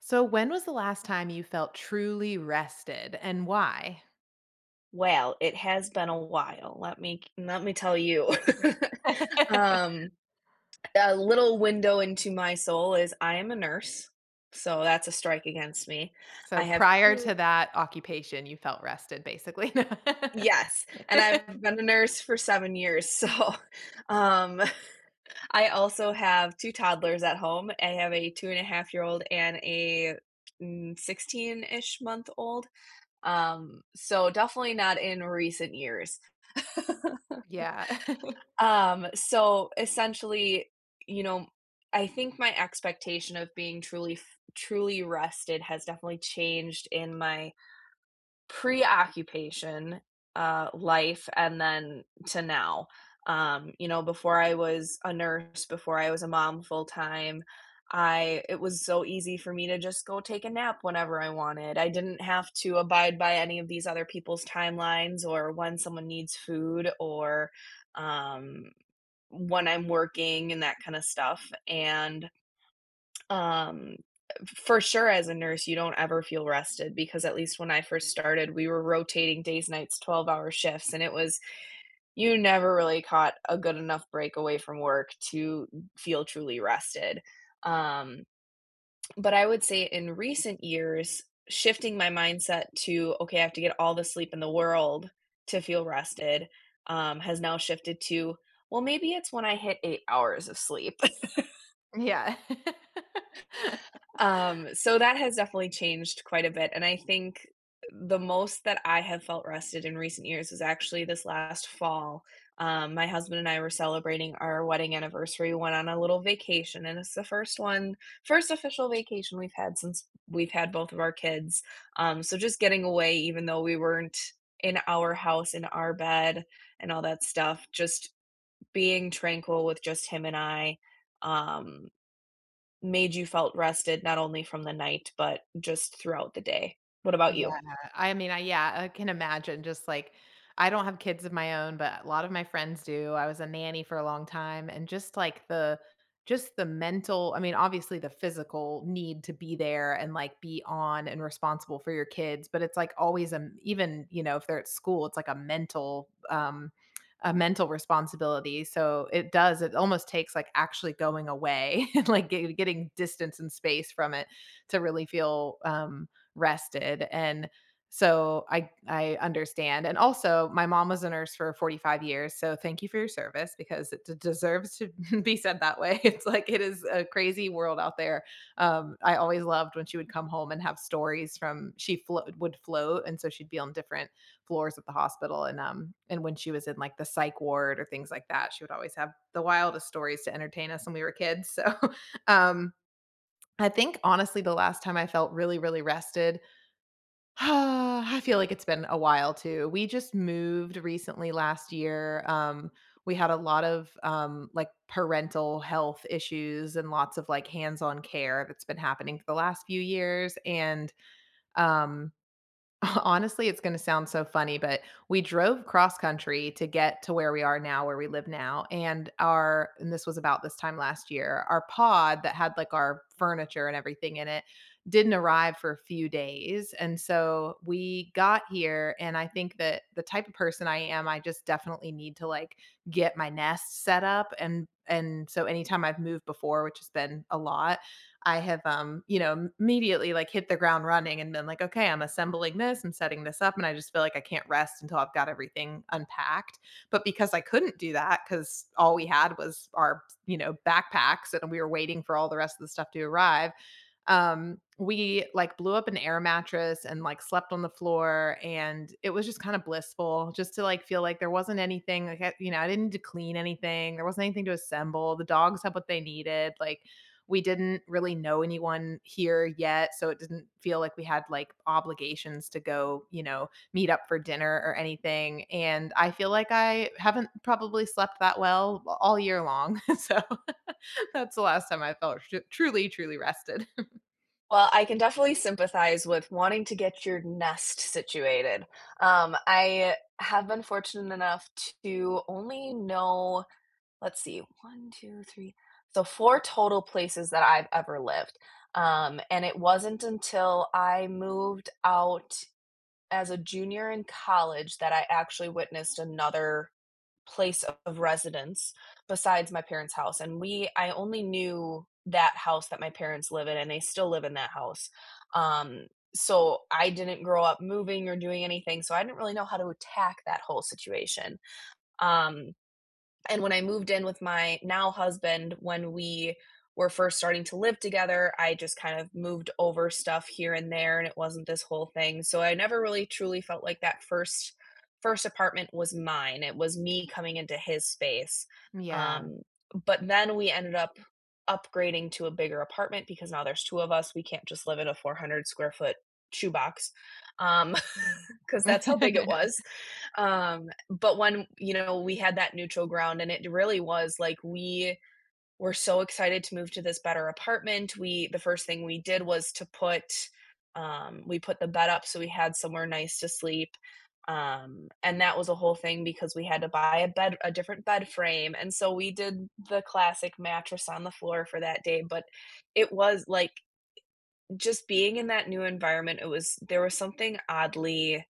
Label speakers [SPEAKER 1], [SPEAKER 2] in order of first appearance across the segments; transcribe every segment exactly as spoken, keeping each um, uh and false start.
[SPEAKER 1] So, when was the last time you felt truly rested and why?
[SPEAKER 2] Well, it has been a while, let me let me tell you. Um, a little window into my soul is I am a nurse, so that's a strike against me.
[SPEAKER 1] So,
[SPEAKER 2] I have
[SPEAKER 1] prior
[SPEAKER 2] two.
[SPEAKER 1] to that occupation, you felt rested basically.
[SPEAKER 2] Yes, and I've been a nurse for seven years, so, um, I also have two toddlers at home. I have a two-and-a-half-year-old and a, half year old and a mm, sixteen-ish month old, um, so definitely not in recent years.
[SPEAKER 1] yeah.
[SPEAKER 2] Um, so essentially, you know, I think my expectation of being truly truly rested has definitely changed in my preoccupation uh life and then to now. Um, you know, before I was a nurse, before I was a mom full time, I it was so easy for me to just go take a nap whenever I wanted. I didn't have to abide by any of these other people's timelines or when someone needs food or um when I'm working and that kind of stuff. And um, for sure, as a nurse, you don't ever feel rested because at least when I first started, we were rotating days, nights, twelve-hour shifts, and it was you never really caught a good enough break away from work to feel truly rested. Um, but I would say in recent years, shifting my mindset to, okay, I have to get all the sleep in the world to feel rested, um, has now shifted to, well, maybe it's when I hit eight hours of sleep.
[SPEAKER 1] yeah.
[SPEAKER 2] Um, so that has definitely changed quite a bit. And I think the most that I have felt rested in recent years was actually this last fall. Um, my husband and I were celebrating our wedding anniversary. We went on a little vacation, and it's the first one, first official vacation we've had since we've had both of our kids. Um, so just getting away, even though we weren't in our house, in our bed, and all that stuff, just being tranquil with just him and I. Um, Made you felt rested not only from the night but just throughout the day. What about you?
[SPEAKER 1] Yeah, I mean, I yeah, I can imagine just, like, I don't have kids of my own, but a lot of my friends do. I was a nanny for a long time and just, like, the just the mental. I mean, obviously, the physical need to be there and, like, be on and responsible for your kids, but it's, like, always, a even, you know, if they're at school, it's, like, a mental, um a mental responsibility, so it does, it almost takes, like, actually going away and, like, get getting distance and space from it to really feel, um rested. And so I I understand. And also, my mom was a nurse for forty-five years, so thank you for your service because it d- deserves to be said that way. It's like it is a crazy world out there. Um, I always loved when she would come home and have stories from, she flo- would float, and so she'd be on different floors at the hospital. And um and when she was in, like, the psych ward or things like that, she would always have the wildest stories to entertain us when we were kids. So um I think honestly, the last time I felt really, really rested, I feel like it's been a while too. We just moved recently last year. Um, we had a lot of um, like, parental health issues and lots of, like, hands-on care that's been happening for the last few years. And um, honestly, it's going to sound so funny, but we drove cross country to get to where we are now, where we live now. And our, and this was about this time last year. Our pod that had, like, our furniture and everything in it didn't arrive for a few days. And so we got here. And I think that the type of person I am, I just definitely need to, like, get my nest set up. And, and so anytime I've moved before, which has been a lot, I have, um, you know, immediately, like, hit the ground running and been like, "Okay, I'm assembling this, I'm setting this up." And I just feel like I can't rest until I've got everything unpacked. But because I couldn't do that, because all we had was our, you know, backpacks and we were waiting for all the rest of the stuff to arrive, um we, like, blew up an air mattress and, like, slept on the floor, and it was just kind of blissful, just to, like, feel like there wasn't anything, like, I- you know, I didn't need to clean anything, there wasn't anything to assemble, the dogs had what they needed. Like, we didn't really know anyone here yet, so it didn't feel like we had, like, obligations to go, you know, meet up for dinner or anything. And I feel like I haven't probably slept that well all year long. So that's the last time I felt tru- truly truly rested.
[SPEAKER 2] Well, I can definitely sympathize with wanting to get your nest situated. Um, I have been fortunate enough to only know, let's see, one, two, three, so four total places that I've ever lived. Um, and it wasn't until I moved out as a junior in college that I actually witnessed another place of residence besides my parents' house, and we I only knew that house that my parents live in, and they still live in that house. Um, so I didn't grow up moving or doing anything, so I didn't really know how to attack that whole situation. Um, and when I moved in with my now husband, when we were first starting to live together, I just kind of moved over stuff here and there and it wasn't this whole thing. So I never really truly felt like that first first apartment was mine. It was me coming into his space.
[SPEAKER 1] Yeah.
[SPEAKER 2] Um, but then we ended up upgrading to a bigger apartment because now there's two of us. We can't just live in a four hundred square foot shoebox um because that's how big it was. Um but when you know we had that neutral ground and it really was like we were so excited to move to this better apartment. We the first thing we did was to put um we put the bed up so we had somewhere nice to sleep. Um and that was a whole thing because we had to buy a bed, a different bed frame, and so we did the classic mattress on the floor for that day, but it was like, just being in that new environment, it was there was something oddly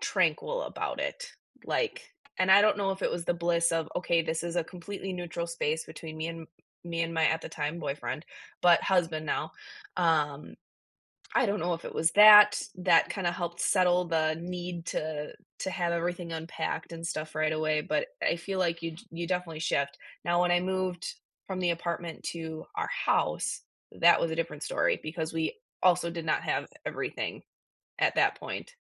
[SPEAKER 2] tranquil about it. Like, and I don't know if it was the bliss of, okay, this is a completely neutral space between me and me and my at the time boyfriend, but husband now. Um, I don't know if it was that that kind of helped settle the need to to have everything unpacked and stuff right away, but I feel like you you definitely shift. Now when I moved from the apartment to our house, that was a different story because we also did not have everything at that point.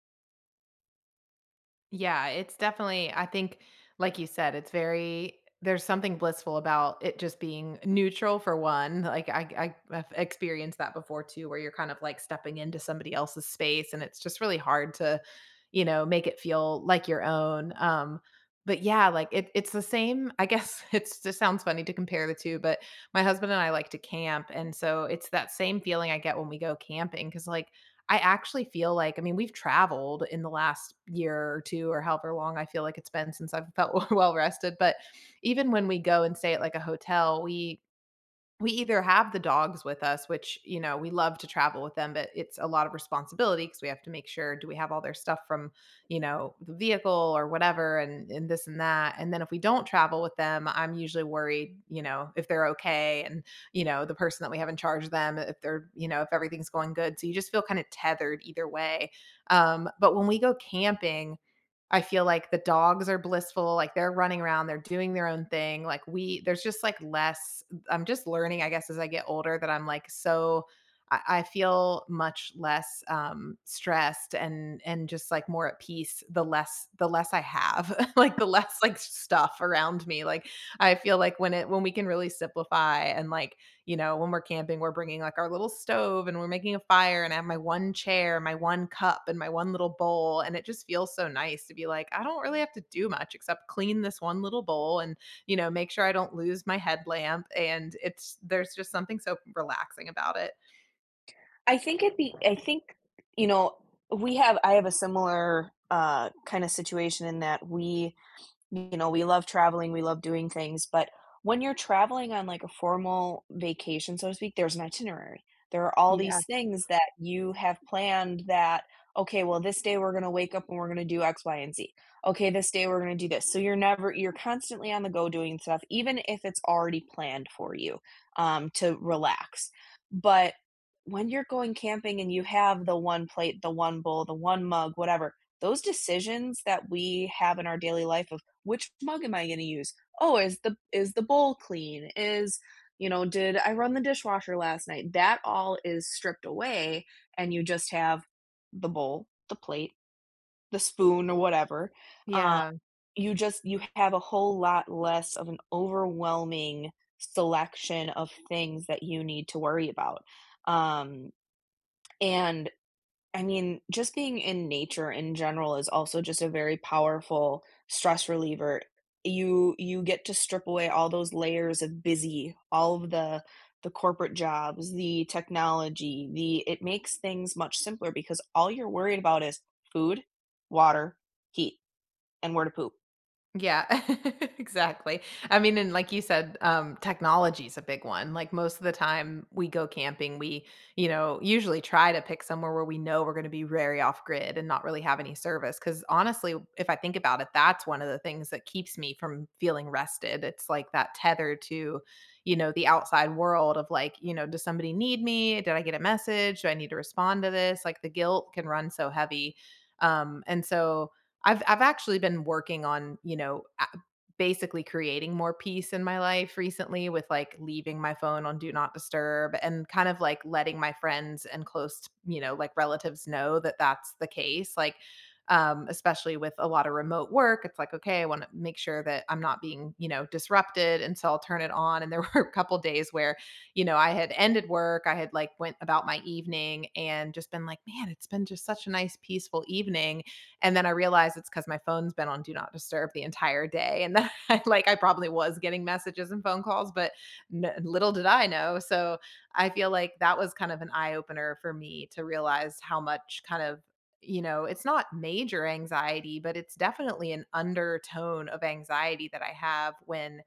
[SPEAKER 1] Yeah, it's definitely, I think, like you said, it's very, there's something blissful about it just being neutral, for one. Like, I I have experienced that before too, where you're kind of, like, stepping into somebody else's space and it's just really hard to, you know, make it feel like your own. Um but yeah, like, it, it's the same, I guess. It's just, sounds funny to compare the two, but my husband and I like to camp. And so it's that same feeling I get when we go camping. Cause, like, I actually feel like, I mean, we've traveled in the last year or two, or however long, I feel like it's been since I've felt well rested. But even when we go and stay at, like, a hotel, we we either have the dogs with us, which, you know, we love to travel with them, but it's a lot of responsibility because we have to make sure, do we have all their stuff from, you know, the vehicle or whatever, and and this and that. And then if we don't travel with them, I'm usually worried, you know, if they're okay, and, you know, the person that we have in charge of them, if they're, you know, if everything's going good, so you just feel kinda tethered either way. Um, but when we go camping, I feel like the dogs are blissful, like, they're running around, they're doing their own thing. Like, we there's just, like, less, I'm just learning, I guess, as I get older, that I'm like so I I feel much less, um, stressed, and and just, like, more at peace, the less the less I have. Like, the less, like, stuff around me. Like, I feel like when it when we can really simplify, and, like, you know, when we're camping, we're bringing, like, our little stove and we're making a fire, and I have my one chair, my one cup, and my one little bowl. And it just feels so nice to be like, I don't really have to do much except clean this one little bowl and, you know, make sure I don't lose my headlamp. And it's, there's just something so relaxing about it.
[SPEAKER 2] I think at the I think you know we have I have a similar uh, kind of situation in that we you know, we love traveling, we love doing things, but when you're traveling on like a formal vacation, so to speak, there's an itinerary. There are all
[SPEAKER 1] Yeah.
[SPEAKER 2] these things that you have planned that, okay, well, this day we're going to wake up and we're going to do X, Y, and Z. Okay, this day we're going to do this. So you're never, you're constantly on the go doing stuff, even if it's already planned for you, um, to relax. But when you're going camping and you have the one plate, the one bowl, the one mug, whatever, those decisions that we have in our daily life, which mug am I going to use? Oh, is the is the bowl clean? Is you know, did I run the dishwasher last night? That all is stripped away and you just have the bowl, the plate, the spoon or whatever. Uh,
[SPEAKER 1] Yeah.
[SPEAKER 2] you just you have a whole lot less of an overwhelming selection of things that you need to worry about. Um, and I mean, just being in nature in general is also just a very powerful stress reliever. You you get to strip away all those layers of busy, all of the the corporate jobs, the technology, the it makes things much simpler because all you're worried about is food, water, heat, and where to poop.
[SPEAKER 1] Yeah, exactly. I mean, and like you said, um, technology is a big one. Like, most of the time we go camping, we, you know, usually try to pick somewhere where we know we're going to be very off grid and not really have any service. Cause honestly, if I think about it, that's one of the things that keeps me from feeling rested. It's like that tether to, you know, the outside world of, like, you know, does somebody need me? Did I get a message? Do I need to respond to this? Like, the guilt can run so heavy. Um, and so, I've I've actually been working on, you know, a basically creating more peace in my life recently with, like, leaving my phone on do not disturb and kind of, like, letting my friends and close, you know, like, relatives know that that's the case, like, um, especially with a lot of remote work. It's like, "Okay, I wanna make sure that I'm not being, you know, disrupted." And so I'll turn it on, and there were a couple days where, you know, I had ended work, I had, like, went about my evening and just been like, "Man, it's been just such a nice peaceful evening." And then I realized it's because my phone's been on do not disturb the entire day. And then I, like, I probably was getting messages and phone calls, but n- little did I know. So I feel like that was kind of an eye opener for me to realize how much kind of, you know, it's not major anxiety, but it's definitely an undertone of anxiety that I have when,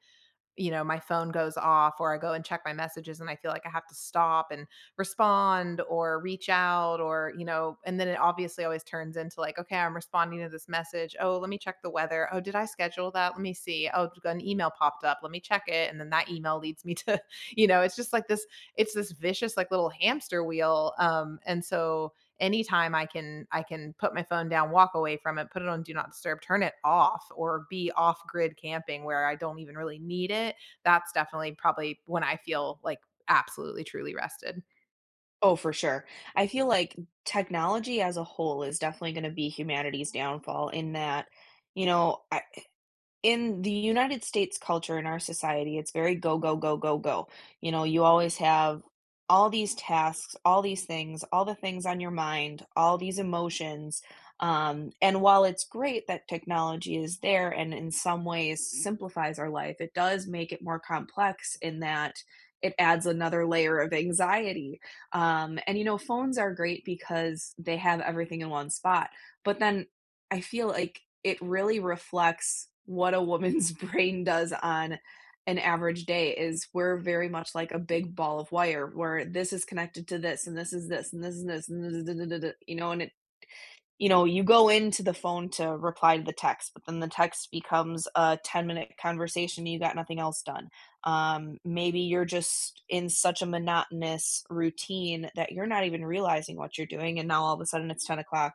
[SPEAKER 1] you know, my phone goes off or I go and check my messages and I feel like I have to stop and respond or reach out or, you know, and then it obviously always turns into, like, okay, I'm responding to this message. Oh, let me check the weather. Oh, did I schedule that? Let me see. Oh, an email popped up. Let me check it. And then that email leads me to, you know, it's just like this, it's this vicious, like, little hamster wheel. Um, and so anytime I can I can put my phone down, walk away from it, put it on do not disturb, turn it off, or be off grid camping where I don't even really need it, that's definitely probably when I feel like absolutely truly rested.
[SPEAKER 2] Oh, for sure. I feel like technology as a whole is definitely going to be humanity's downfall in that, you know, I, In the United States culture, in our society, it's very go, go, go, go, go. You know, you always have all these tasks, all these things, all the things on your mind, all these emotions. Um, and while it's great that technology is there and in some ways simplifies our life, it does make it more complex in that it adds another layer of anxiety. Um, and, you know, phones are great because they have everything in one spot. But then I feel like it really reflects what a woman's brain does on an average day is we're very much like a big ball of wire where this is connected to this and this is this and this is this and this is, you know and it, you know you go into the phone to reply to the text, but then the text becomes a ten minute conversation and you got nothing else done. Um, maybe you're just in such a monotonous routine that you're not even realizing what you're doing and now all of a sudden it's ten o'clock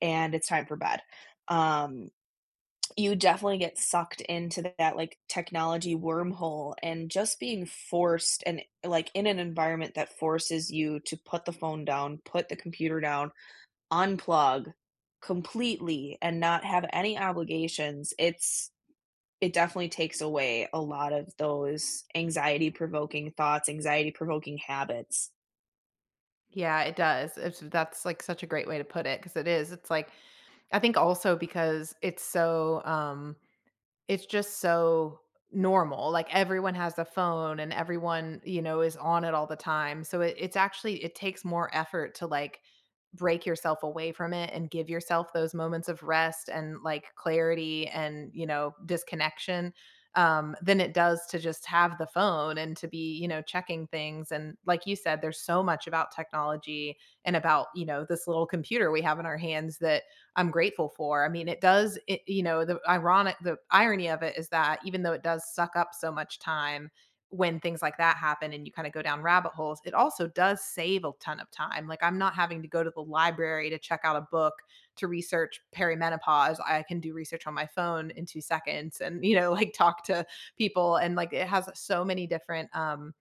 [SPEAKER 2] and it's time for bed. Um, you definitely get sucked into that like technology wormhole and just being forced and like in an environment that forces you to put the phone down, put the computer down, unplug completely and not have any obligations. It's it definitely takes away a lot of those anxiety provoking thoughts, anxiety provoking habits.
[SPEAKER 1] Yeah, it does. It's, that's like such a great way to put it, because it is. It's like, I think also because it's so um it's just so normal, like, everyone has a phone and everyone, you know, is on it all the time, so it, it's actually, it takes more effort to, like, break yourself away from it and give yourself those moments of rest and, like, clarity and, you know, disconnection, um, than it does to just have the phone and to be, you know, checking things. And like you said, there's so much about technology and about, you know, this little computer we have in our hands that I'm grateful for. I mean, it does, it, you know, the ironic, the irony of it is that even though it does suck up so much time when things like that happen and you kind of go down rabbit holes, it also does save a ton of time. Like, I'm not having to go to the library to check out a book to research perimenopause. I can do research on my phone in two seconds and, you know, like, talk to people. And like, it has so many different, um,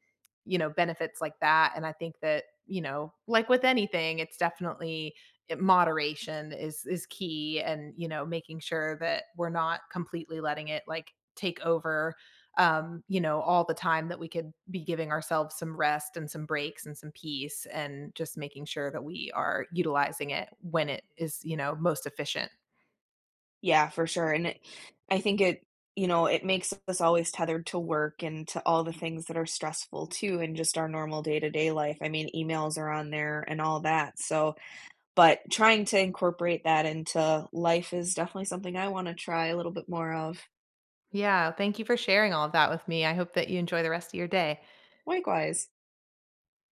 [SPEAKER 1] you know, benefits like that. And I think that, you know, like with anything, it's definitely, moderation is is key. And you know, making sure that we're not completely letting it, like, take over, um you know, all the time that we could be giving ourselves some rest and some breaks and some peace, and just making sure that we are utilizing it when it is, you know, most efficient.
[SPEAKER 2] Yeah, for sure, and it I think it you know, it makes us always tethered to work and to all the things that are stressful too and just our normal day-to-day life. I mean, emails are on there and all that, so but trying to incorporate that into life is definitely something I wanna try a little bit more of.
[SPEAKER 1] Yeah, thank you for sharing all of that with me. I hope that you enjoy the rest of your day.
[SPEAKER 2] Likewise.